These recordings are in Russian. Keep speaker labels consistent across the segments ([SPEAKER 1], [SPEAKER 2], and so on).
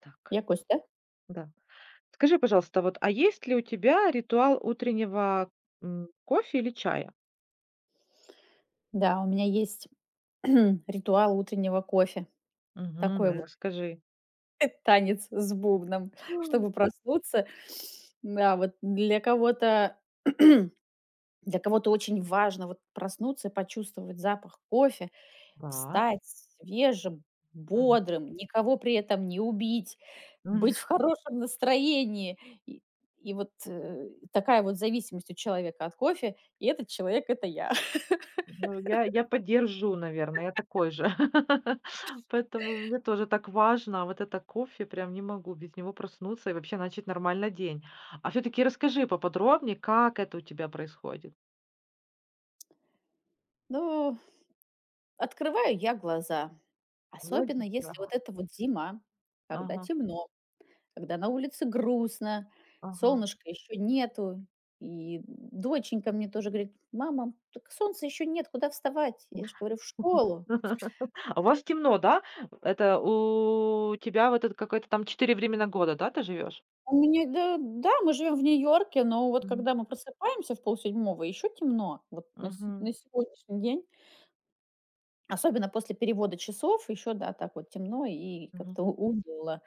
[SPEAKER 1] Так,
[SPEAKER 2] Якусь, да?
[SPEAKER 1] да. Скажи, пожалуйста, вот, а есть ли у тебя ритуал утреннего, кофе или чая?
[SPEAKER 2] Да, у меня есть ритуал утреннего кофе.
[SPEAKER 1] Мгм,
[SPEAKER 2] Такой вот
[SPEAKER 1] расскажи.
[SPEAKER 2] танец с бубном,
[SPEAKER 1] М.
[SPEAKER 2] чтобы проснуться. Да, вот для кого-то для кого-то очень важно вот проснуться и почувствовать запах кофе,
[SPEAKER 1] Да.
[SPEAKER 2] встать свежим,
[SPEAKER 1] Мгм.
[SPEAKER 2] бодрым, никого при этом не убить, быть в хорошем настроении. И и вот, такая вот зависимость у человека от кофе, и этот человек — это я.
[SPEAKER 1] Ну, я поддержу, наверное, я такой же. Поэтому мне тоже так важно. А вот это кофе, прям не могу без него проснуться и вообще начать нормально день. А все таки расскажи поподробнее, как это у тебя происходит.
[SPEAKER 2] Ну, открываю я глаза. Особенно если вот
[SPEAKER 1] Логично.
[SPEAKER 2] это вот зима, когда
[SPEAKER 1] Ага,
[SPEAKER 2] темно, когда на улице грустно,
[SPEAKER 1] ага.
[SPEAKER 2] солнышка еще нету. И доченька мне тоже говорит: "Мама, так солнца еще нет, куда вставать?" Я же говорю: "В школу".
[SPEAKER 1] А у вас темно, да? Это у тебя в этот какой-то там 4 времена года, да, ты живешь?
[SPEAKER 2] У меня, да, да, мы живем в Нью-Йорке, но вот
[SPEAKER 1] Мгм.
[SPEAKER 2] когда мы просыпаемся в полседьмого, еще темно. Вот
[SPEAKER 1] Мгм.
[SPEAKER 2] на сегодняшний день, особенно после перевода часов, еще, да, так вот темно и как-то
[SPEAKER 1] Мгм.
[SPEAKER 2] уныло.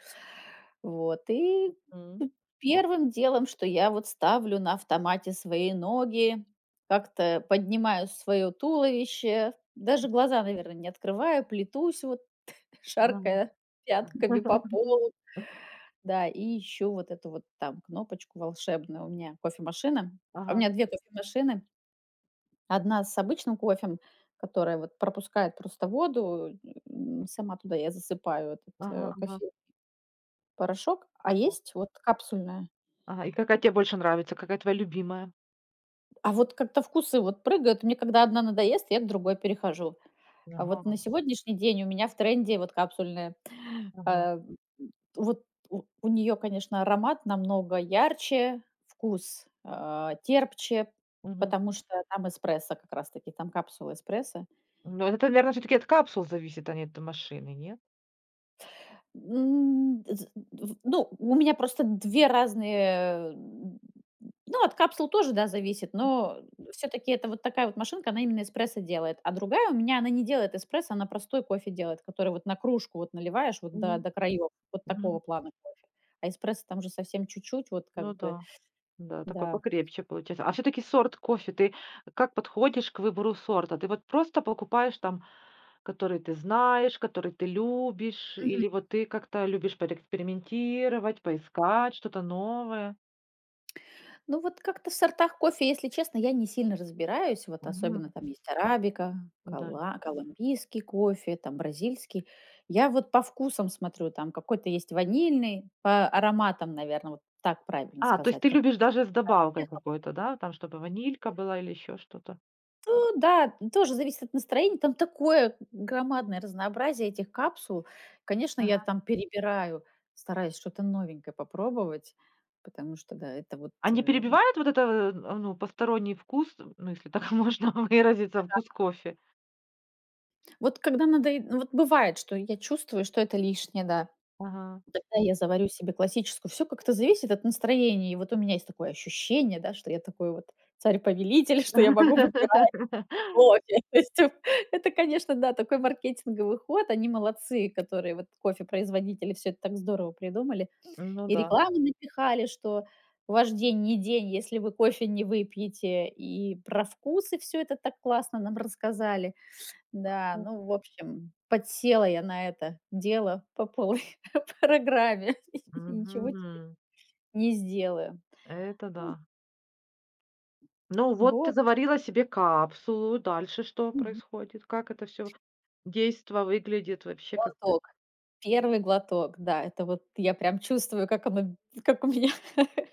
[SPEAKER 2] Вот, и
[SPEAKER 1] М.
[SPEAKER 2] первым делом, что я вот ставлю на автомате свои ноги, как-то поднимаю свое туловище, даже глаза, наверное, не открываю, плетусь вот,
[SPEAKER 1] Ага.
[SPEAKER 2] шаркая пятками по полу.
[SPEAKER 1] Э,
[SPEAKER 2] Да, и ищу вот эту вот там кнопочку волшебную. У меня кофемашина. А у
[SPEAKER 1] ага.
[SPEAKER 2] меня 2 кофемашины. Одна с обычным кофем, которая вот пропускает просто воду, сама туда я засыпаю этот,
[SPEAKER 1] Ага. Ага.
[SPEAKER 2] кофейный порошок, а есть вот капсульная.
[SPEAKER 1] Ага. И какая тебе больше нравится? Какая твоя любимая?
[SPEAKER 2] А вот как-то вкусы вот прыгают. Мне когда одна надоест, я к другой перехожу. А вот на
[SPEAKER 1] Ага.
[SPEAKER 2] сегодняшний день у меня в тренде вот капсульная.
[SPEAKER 1] Мгм.
[SPEAKER 2] А, вот у нее, конечно, аромат намного ярче, вкус терпче,
[SPEAKER 1] Мгм.
[SPEAKER 2] потому что там эспрессо как раз-таки, там капсула эспрессо.
[SPEAKER 1] Ну, это, наверное, все таки от капсул зависит, а не от машины, нет?
[SPEAKER 2] М, з в ну, у меня просто 2 разные, ну, от капсул тоже, да, зависит, но все таки это вот такая вот машинка, она именно эспрессо делает. А другая у меня, она не делает эспрессо, она простой кофе делает, который вот на кружку вот наливаешь вот до
[SPEAKER 1] Мгм.
[SPEAKER 2] до краев вот такого
[SPEAKER 1] Мгм.
[SPEAKER 2] плана кофе. А эспрессо там же совсем чуть-чуть, вот как
[SPEAKER 1] Ну
[SPEAKER 2] бы,
[SPEAKER 1] да. Да, такой
[SPEAKER 2] да.
[SPEAKER 1] покрепче получается. А все таки сорт кофе, ты как подходишь к выбору сорта? Ты вот просто покупаешь там который ты знаешь, который ты любишь, или вот ты как-то любишь поэкспериментировать, поискать что-то новое?
[SPEAKER 2] Ну, вот как-то в сортах кофе, если честно, я не сильно разбираюсь. Вот особенно
[SPEAKER 1] Мгм.
[SPEAKER 2] там есть арабика,
[SPEAKER 1] Да.
[SPEAKER 2] колумбийский кофе, там бразильский. Я вот по вкусам смотрю, там какой-то есть ванильный, по ароматам, наверное, вот так правильно
[SPEAKER 1] А, то есть
[SPEAKER 2] сказать.
[SPEAKER 1] ты
[SPEAKER 2] Какой-то
[SPEAKER 1] любишь даже с добавкой
[SPEAKER 2] приехал.
[SPEAKER 1] какой-то, да, там, чтобы ванилька была или еще что-то?
[SPEAKER 2] Ну, да, тоже зависит от настроения. Там такое громадное разнообразие этих капсул. Конечно, я
[SPEAKER 1] Мгм.
[SPEAKER 2] там перебираю, стараюсь что-то новенькое попробовать, потому что, да, это вот
[SPEAKER 1] А не перебивает вот это, ну, посторонний вкус, ну, если так можно выразиться, вкус кофе?
[SPEAKER 2] вот когда надоед ну, вот бывает, что я чувствую, что это лишнее, да.
[SPEAKER 1] Ага.
[SPEAKER 2] Вот тогда я заварю себе классическую. Все как-то зависит от настроения. И вот у меня есть такое ощущение, да, что я такой вот царь-повелитель, что я могу выбирать кофе. То есть это, конечно, да, такой маркетинговый ход. Они молодцы, которые вот кофе-производители все это так здорово придумали.
[SPEAKER 1] Ну
[SPEAKER 2] И
[SPEAKER 1] да.
[SPEAKER 2] рекламы напихали, что ваш день не день, если вы кофе не выпьете. И про вкусы все это так классно нам рассказали. Да, ну, в общем, подсела я на это дело по полной программе. И ничего
[SPEAKER 1] Мгм.
[SPEAKER 2] не сделаю.
[SPEAKER 1] Это
[SPEAKER 2] Ну,
[SPEAKER 1] да. Ну вот ты
[SPEAKER 2] вот.
[SPEAKER 1] заварила себе капсулу, дальше что
[SPEAKER 2] Мгм.
[SPEAKER 1] происходит? Как это все? Действо выглядит вообще как-то
[SPEAKER 2] Глоток. Первый глоток, да. Это вот я прям чувствую, как оно, как у меня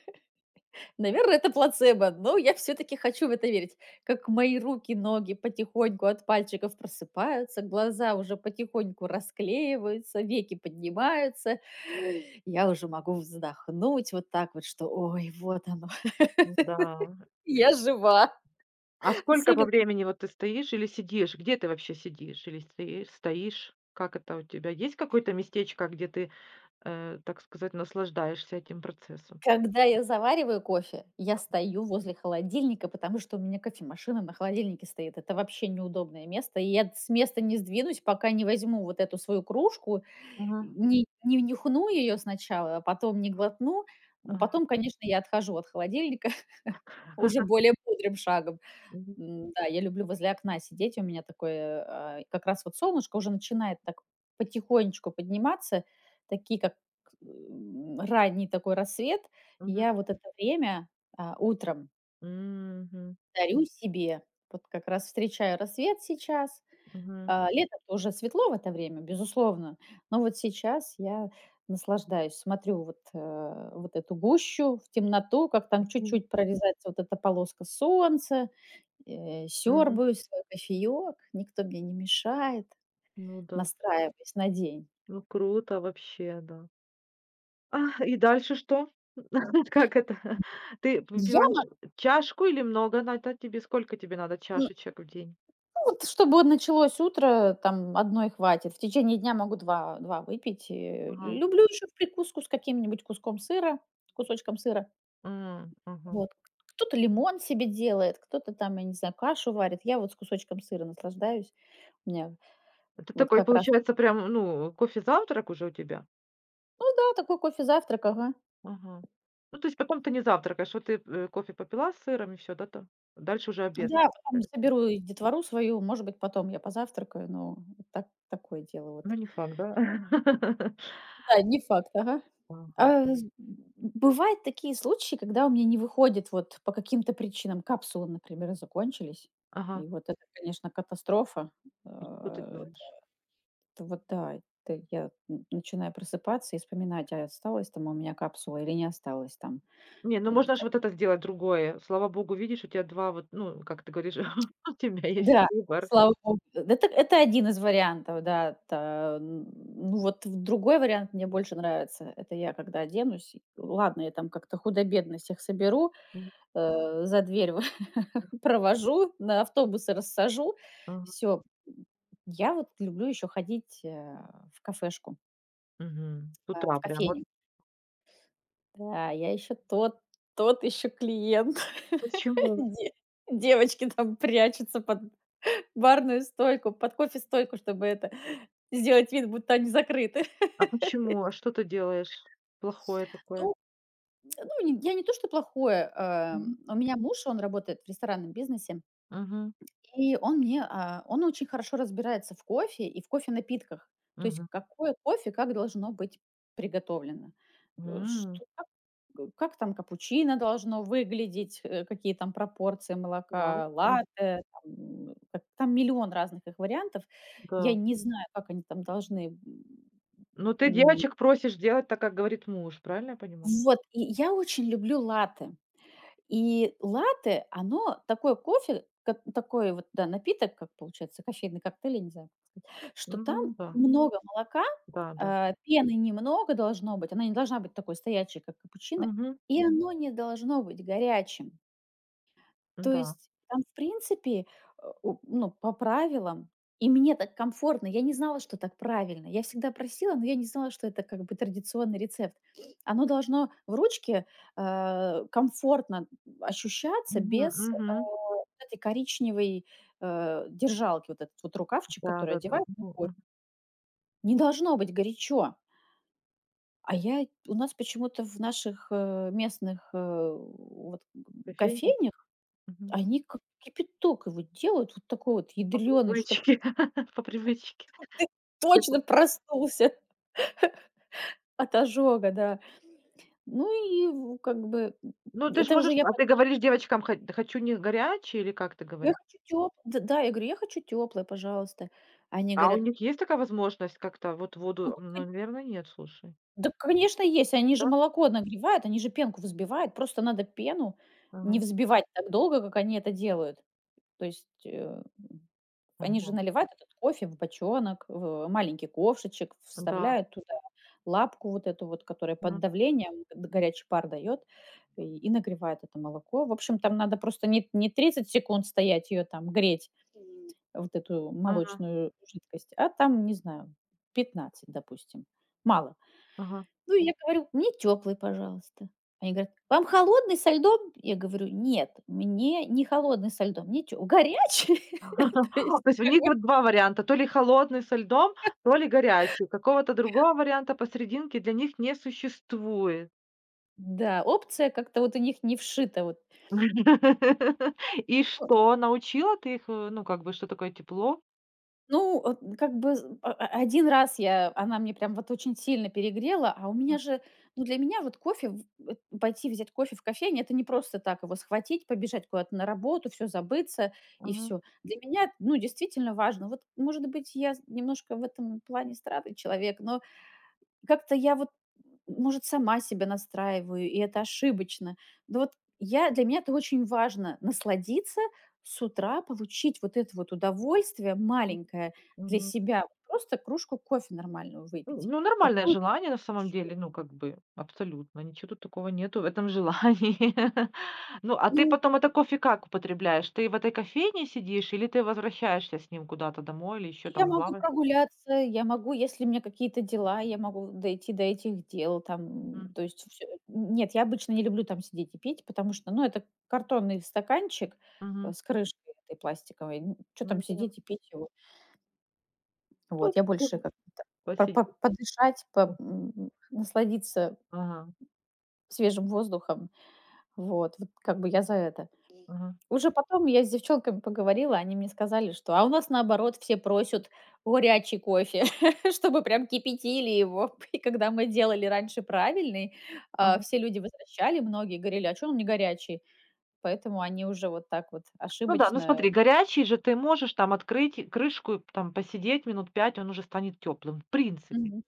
[SPEAKER 2] наверное, это плацебо, но я все-таки хочу в это верить. Как мои руки, ноги потихоньку от пальчиков просыпаются, глаза уже потихоньку расклеиваются, веки поднимаются. Я уже могу вздохнуть вот так вот, что ой, вот оно,
[SPEAKER 1] да.
[SPEAKER 2] я жива.
[SPEAKER 1] А сколько по
[SPEAKER 2] Особенно
[SPEAKER 1] времени вот ты стоишь или сидишь? Где ты вообще сидишь или стоишь? Как это у тебя? Есть какое-то местечко, где ты, так сказать, наслаждаешься этим процессом?
[SPEAKER 2] Когда я завариваю кофе, я стою возле холодильника, потому что у меня кофемашина на холодильнике стоит. Это вообще неудобное место. И я с места не сдвинусь, пока не возьму вот эту свою кружку,
[SPEAKER 1] Мгм.
[SPEAKER 2] не нюхну ее сначала, а потом не глотну. Ну,
[SPEAKER 1] Ага.
[SPEAKER 2] потом, конечно, я отхожу от холодильника уже более бодрым шагом.
[SPEAKER 1] Мгм.
[SPEAKER 2] Да, я люблю возле окна сидеть. У меня такое, и как раз вот солнышко уже начинает так потихонечку подниматься, такие как, ранний такой рассвет.
[SPEAKER 1] Мгм.
[SPEAKER 2] Я вот это время, утром
[SPEAKER 1] Мгм.
[SPEAKER 2] дарю себе. Вот как раз встречаю рассвет сейчас.
[SPEAKER 1] Мгм.
[SPEAKER 2] А летом уже светло в это время, безусловно, но вот сейчас я наслаждаюсь, смотрю вот, вот эту гущу, в темноту, как там
[SPEAKER 1] Мгм.
[SPEAKER 2] чуть-чуть прорезается вот эта полоска солнца.
[SPEAKER 1] Мгм.
[SPEAKER 2] Сёрбаю свой кофеёк, никто мне не мешает,
[SPEAKER 1] Ну да.
[SPEAKER 2] настраиваюсь на день.
[SPEAKER 1] Ну круто вообще, да. А, и дальше что? Как это? Ты
[SPEAKER 2] Я,
[SPEAKER 1] выпиваешь чашку или много надо тебе? Сколько тебе надо
[SPEAKER 2] м,
[SPEAKER 1] чашечек в день?
[SPEAKER 2] ну, вот чтобы вот началось утро, там одной хватит. В течение дня могу два выпить.
[SPEAKER 1] Ага.
[SPEAKER 2] Люблю еще в прикуску с каким-нибудь куском сыра, кусочком сыра.
[SPEAKER 1] М, мгм.
[SPEAKER 2] Вот. Кто-то лимон себе делает, кто-то там, я не знаю, кашу варит. Я вот с кусочком сыра наслаждаюсь. У меня
[SPEAKER 1] Это
[SPEAKER 2] вот
[SPEAKER 1] такой,
[SPEAKER 2] как раз
[SPEAKER 1] получается, прям, ну, кофе-завтрак уже у тебя?
[SPEAKER 2] ну да, такой кофе-завтрак, ага.
[SPEAKER 1] Ага. Ну, то есть потом ты не завтракаешь, вот ты, кофе попила с сыром и все да, там? Дальше уже обед.
[SPEAKER 2] Да,
[SPEAKER 1] Э,
[SPEAKER 2] потом соберу и детвору свою, может быть, потом я позавтракаю, но так такое дело
[SPEAKER 1] ну,
[SPEAKER 2] вот.
[SPEAKER 1] не факт, да?
[SPEAKER 2] Да, не факт, ага.
[SPEAKER 1] Ага,
[SPEAKER 2] А, з бывают такие случаи, когда у меня не выходит вот по каким-то причинам. Капсулы, например, закончились.
[SPEAKER 1] ага.
[SPEAKER 2] И вот это, конечно, катастрофа.
[SPEAKER 1] И что ты
[SPEAKER 2] А, это
[SPEAKER 1] делаешь?
[SPEAKER 2] это вот да, это я н начинаю просыпаться и вспоминать, а осталась там у меня капсула или не осталось там.
[SPEAKER 1] Не, ну
[SPEAKER 2] Вот
[SPEAKER 1] можно ж вот это сделать другое. Слава богу, видишь, у тебя 2 вот, ну, как ты говоришь, у тебя есть
[SPEAKER 2] да,
[SPEAKER 1] выбор.
[SPEAKER 2] слава богу. Это один из вариантов, да. Та н ну, вот в другой вариант мне больше нравится. Это я когда оденусь, и ладно, я там как-то худо-бедно всех соберу,
[SPEAKER 1] М,
[SPEAKER 2] за дверь провожу, на автобусы рассажу.
[SPEAKER 1] ага.
[SPEAKER 2] Все, я вот люблю еще ходить, в кафешку,
[SPEAKER 1] Мгм. С утра
[SPEAKER 2] в
[SPEAKER 1] прям вот.
[SPEAKER 2] кофейню. Да, я еще тот еще клиент.
[SPEAKER 1] Почему?
[SPEAKER 2] Де Девочки там прячутся под барную стойку, под кофе-стойку, чтобы это сделать вид, будто они закрыты.
[SPEAKER 1] А почему? А что ты делаешь плохое такое?
[SPEAKER 2] Ну, не то, что плохое,
[SPEAKER 1] Мгм.
[SPEAKER 2] у меня муж, он работает в ресторанном бизнесе,
[SPEAKER 1] Мгм.
[SPEAKER 2] и он очень хорошо разбирается в кофе и в кофе-напитках. То есть
[SPEAKER 1] Мгм.
[SPEAKER 2] какое кофе как должно быть приготовлено, э,
[SPEAKER 1] М.
[SPEAKER 2] что как г как там капучино должно выглядеть, какие там пропорции
[SPEAKER 1] Да.
[SPEAKER 2] молока,
[SPEAKER 1] Мгм.
[SPEAKER 2] латте, там, как там миллион разных их вариантов. Я
[SPEAKER 1] Да.
[SPEAKER 2] не знаю, как они там должны.
[SPEAKER 1] Ну, ты
[SPEAKER 2] М,
[SPEAKER 1] девочек просишь делать так, как говорит муж, правильно я понимаю?
[SPEAKER 2] вот, и я очень люблю латте. И латте, оно такое кофе, как такой вот, да, напиток, как получается, кофейный коктейль, я не знаю, что там
[SPEAKER 1] М, да,
[SPEAKER 2] много молока,
[SPEAKER 1] да, да.
[SPEAKER 2] пены немного должно быть, она не должна быть такой стоячей, как капучино,
[SPEAKER 1] Мгм.
[SPEAKER 2] и оно не должно быть горячим. То
[SPEAKER 1] Да.
[SPEAKER 2] есть там, в принципе, э, у ну, по правилам, и мне так комфортно. Я не знала, что так правильно. Я всегда просила, но я не знала, что это как бы традиционный рецепт. Оно должно в ручке, комфортно ощущаться
[SPEAKER 1] Мгм,
[SPEAKER 2] без,
[SPEAKER 1] мгм.
[SPEAKER 2] вот этой коричневой, держалки, вот этот вот рукавчик, который
[SPEAKER 1] Да-да-да.
[SPEAKER 2] одевают на
[SPEAKER 1] Мгм,
[SPEAKER 2] кофе.
[SPEAKER 1] мгм.
[SPEAKER 2] Не должно быть горячо. А я у нас почему-то в наших, местных, вот
[SPEAKER 1] Кофейня.
[SPEAKER 2] кофейнях
[SPEAKER 1] Мгм.
[SPEAKER 2] они как кипяток его делают, вот такой вот
[SPEAKER 1] По
[SPEAKER 2] ядрёный, чтобы
[SPEAKER 1] привычке, по привычке.
[SPEAKER 2] ты
[SPEAKER 1] Все по
[SPEAKER 2] точно проснулся от ожога, да. Ну и в как бы,
[SPEAKER 1] ну, ты ж
[SPEAKER 2] это уже
[SPEAKER 1] можешь
[SPEAKER 2] я
[SPEAKER 1] а
[SPEAKER 2] по
[SPEAKER 1] ты говоришь девочкам: "Хо да хочу не горячий" или как ты
[SPEAKER 2] я
[SPEAKER 1] говоришь?
[SPEAKER 2] хочу тёп да, да, я говорю: "Я хочу тёплое, пожалуйста". Они
[SPEAKER 1] А у
[SPEAKER 2] говорят:
[SPEAKER 1] них есть такая возможность как-то вот
[SPEAKER 2] "Ну
[SPEAKER 1] воду? Ну,
[SPEAKER 2] кон
[SPEAKER 1] наверно, нет, слушай.
[SPEAKER 2] Да, конечно, есть, они
[SPEAKER 1] Да?
[SPEAKER 2] же молоко нагревают, они же пенку взбивают, просто надо пену не
[SPEAKER 1] Ага.
[SPEAKER 2] взбивать так долго, как они это делают". То есть, они же
[SPEAKER 1] Ага.
[SPEAKER 2] наливают этот кофе в бочонок, в маленький ковшичек,
[SPEAKER 1] Да.
[SPEAKER 2] вставляют туда лапку вот эту вот, которая под
[SPEAKER 1] Ага.
[SPEAKER 2] давлением горячий пар дает и нагревает это молоко. В общем, там надо просто не 30 секунд стоять ее там греть, вот эту
[SPEAKER 1] Ага.
[SPEAKER 2] молочную жидкость, а там, не знаю, 15, допустим. Мало.
[SPEAKER 1] Ага.
[SPEAKER 2] Ну, я говорю, мне теплый, пожалуйста. Они говорят, вам холодный со льдом? Я говорю, нет, мне не холодный со льдом, мне горячий. То есть
[SPEAKER 1] То есть у них вот 2 варианта: то ли холодный со льдом, то ли горячий. Какого-то другого варианта посерединке для них не существует.
[SPEAKER 2] да, опция как-то вот у них не вшита вот.
[SPEAKER 1] И
[SPEAKER 2] Ну
[SPEAKER 1] что, научила ты их, ну, как бы, что такое тепло?
[SPEAKER 2] ну, вот как бы з а 1 раз я она мне прям вот очень сильно перегрела,
[SPEAKER 1] М,
[SPEAKER 2] ну, для меня вот кофе в эт пойти взять кофе в кофейне — это не просто так его схватить, побежать куда-то на работу, все забыться и
[SPEAKER 1] мгм,
[SPEAKER 2] все. Для меня, ну, действительно важно. Вот, может быть, я с немножко в этом плане странный человек, но как-то я вот, может, сама себя настраиваю, и это ошибочно. Но вот я для меня это очень важно — насладиться с утра, получить вот это вот удовольствие маленькое для
[SPEAKER 1] мгм.
[SPEAKER 2] себя. Просто кружку кофе нормальную
[SPEAKER 1] М,
[SPEAKER 2] выпить.
[SPEAKER 1] ну, нормальное
[SPEAKER 2] Такую
[SPEAKER 1] желание на самом деле, ну, как бы, абсолютно. Ничего тут такого нету в этом желании. Ну, а ты
[SPEAKER 2] ну,
[SPEAKER 1] потом это кофе как употребляешь? Ты в этой кофейне сидишь или ты возвращаешься с ним куда-то домой или еще
[SPEAKER 2] Я
[SPEAKER 1] там на
[SPEAKER 2] могу
[SPEAKER 1] лавы
[SPEAKER 2] прогуляться, я могу, если у меня какие-то дела, я могу дойти до этих дел, там,
[SPEAKER 1] мгм,
[SPEAKER 2] то есть всё. Нет, я обычно не люблю там сидеть и пить, потому что, ну, это картонный стаканчик,
[SPEAKER 1] мгм.
[SPEAKER 2] с крышкой этой пластиковой, что
[SPEAKER 1] Ну, я
[SPEAKER 2] там
[SPEAKER 1] поняла.
[SPEAKER 2] сидеть и пить его.
[SPEAKER 1] Ну,
[SPEAKER 2] Вот, я больше
[SPEAKER 1] можно
[SPEAKER 2] как
[SPEAKER 1] посидеть.
[SPEAKER 2] подышать, насладиться
[SPEAKER 1] Ага,
[SPEAKER 2] свежим воздухом. Вот, вот как бы я за это.
[SPEAKER 1] ага,
[SPEAKER 2] Уже потом я с девчонками поговорила, они мне сказали, что: "А у нас, наоборот, все просят горячий кофе, чтобы прям кипятили его". И когда мы делали раньше правильный,
[SPEAKER 1] ага.
[SPEAKER 2] все люди возвращали, многие говорили: "А чё он не горячий?" Поэтому они уже вот так вот
[SPEAKER 1] Ну да, ну
[SPEAKER 2] ошибочно.
[SPEAKER 1] смотри, горячий же ты можешь там открыть крышку, и там посидеть минут 5, он уже станет теплым, в принципе.
[SPEAKER 2] Мгм.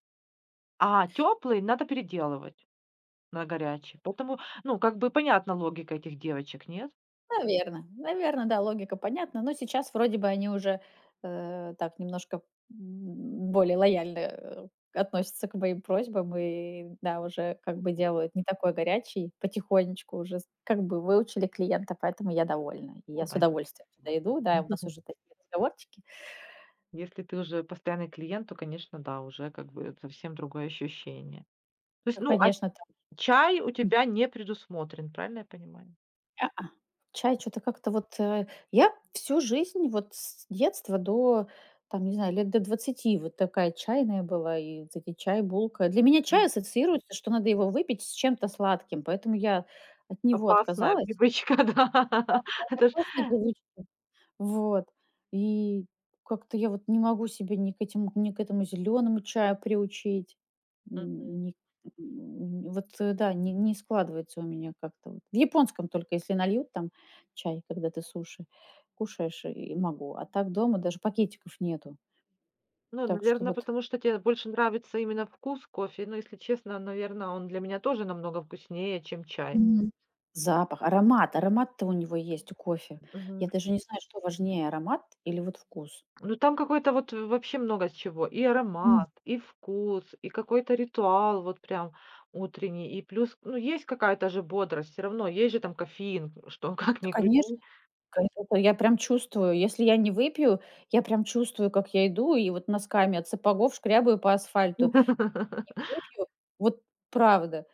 [SPEAKER 1] А теплый надо переделывать на горячий. Поэтому, ну, как бы понятна логика этих девочек, нет?
[SPEAKER 2] Наверно, наверно, да, логика понятна. Но сейчас вроде бы они уже, так немножко, более лояльно, относятся к моим просьбам и, да, уже как
[SPEAKER 1] Ну
[SPEAKER 2] бы
[SPEAKER 1] да,
[SPEAKER 2] делают не такой горячий, потихонечку уже с как бы выучили клиента, поэтому я довольна. И
[SPEAKER 1] ну
[SPEAKER 2] я с
[SPEAKER 1] да.
[SPEAKER 2] удовольствием туда иду, да, у нас уже такие разговорчики.
[SPEAKER 1] Если ты уже постоянный клиент, то, конечно, да, уже как бы совсем другое ощущение. То есть,
[SPEAKER 2] Ну,
[SPEAKER 1] ну, а
[SPEAKER 2] конечно,
[SPEAKER 1] чай у
[SPEAKER 2] там
[SPEAKER 1] тебя не предусмотрен, правильно я понимаю?
[SPEAKER 2] А-а. Чай что то как-то вот, я всю жизнь, вот с детства до, там, не знаю, лет до 20 вот такая чайная была, и вот эти чай, булка. Для меня чай
[SPEAKER 1] М.
[SPEAKER 2] ассоциируется, что надо его выпить с чем-то сладким, поэтому я от него
[SPEAKER 1] Опасная
[SPEAKER 2] отказалась.
[SPEAKER 1] привычка, да. Это ж
[SPEAKER 2] Опасная привычка. Вот. И как-то я вот не могу себя ни к этому зеленому чаю приучить, м,
[SPEAKER 1] мгм.
[SPEAKER 2] ни м, вот, э, да, не складывается у меня как-то вот. В японском только если нальют там чай, когда ты суши кушаешь, и могу. А так дома даже пакетиков нету.
[SPEAKER 1] Ну,
[SPEAKER 2] Так что
[SPEAKER 1] наверное,
[SPEAKER 2] вот.
[SPEAKER 1] потому что тебе больше нравится именно вкус кофе. Но, если честно, наверное, он для меня тоже намного вкуснее, чем чай.
[SPEAKER 2] Мгм. Запах, аромат. Аромат-то у него есть, у кофе.
[SPEAKER 1] Мгм.
[SPEAKER 2] Я даже не знаю, что важнее: аромат или вот вкус.
[SPEAKER 1] Ну, там какой-то вот вообще много чего: и
[SPEAKER 2] М.
[SPEAKER 1] аромат, и вкус, и какой-то ритуал вот прям утренний, и плюс, ну, есть какая-то же бодрость, все равно есть же там кофеин, что как
[SPEAKER 2] Да,
[SPEAKER 1] ни
[SPEAKER 2] конечно.
[SPEAKER 1] крути.
[SPEAKER 2] Кайф это я прям чувствую. Если я не выпью, я прям чувствую, как я иду и вот носками от сапогов шкрябаю по асфальту. Выпью, вот правда.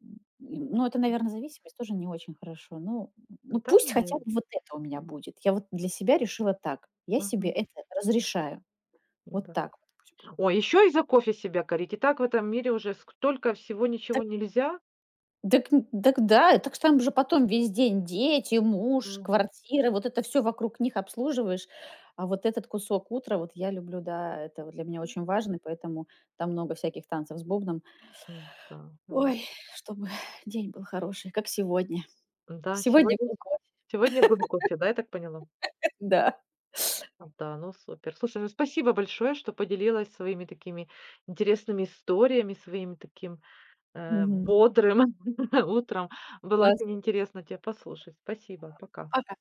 [SPEAKER 2] М, ну, это, наверное, зависимость, тоже не очень хорошо. Ну ну,
[SPEAKER 1] Да,
[SPEAKER 2] пусть хотя бы
[SPEAKER 1] нет.
[SPEAKER 2] вот это у меня будет. Я вот для себя решила так. Я себе
[SPEAKER 1] Мгм.
[SPEAKER 2] это разрешаю. Вот
[SPEAKER 1] Да.
[SPEAKER 2] так вот пусть будет.
[SPEAKER 1] Ой, еще и за кофе себя корить. И так в этом мире уже столько всего ничего нельзя.
[SPEAKER 2] Так, так да, так там же потом весь день дети, муж,
[SPEAKER 1] Мгм.
[SPEAKER 2] квартира, вот это все вокруг них обслуживаешь. А вот этот кусок утра вот я люблю, да, это вот для меня очень важно, и поэтому там много всяких танцев с бубном.
[SPEAKER 1] М, да, навер
[SPEAKER 2] Ой, чтобы день был хороший, как сегодня.
[SPEAKER 1] да,
[SPEAKER 2] Сегодня
[SPEAKER 1] сегодня
[SPEAKER 2] был кофе,
[SPEAKER 1] сегодня был кофе, да, я так поняла?
[SPEAKER 2] да.
[SPEAKER 1] А, да, ну супер. Слушай, ну спасибо большое, что поделилась своими такими интересными историями, своим таким,
[SPEAKER 2] Мгм.
[SPEAKER 1] бодрым утром. Было очень
[SPEAKER 2] Классно.
[SPEAKER 1] интересно тебя послушать. Спасибо, пока.
[SPEAKER 2] Пока.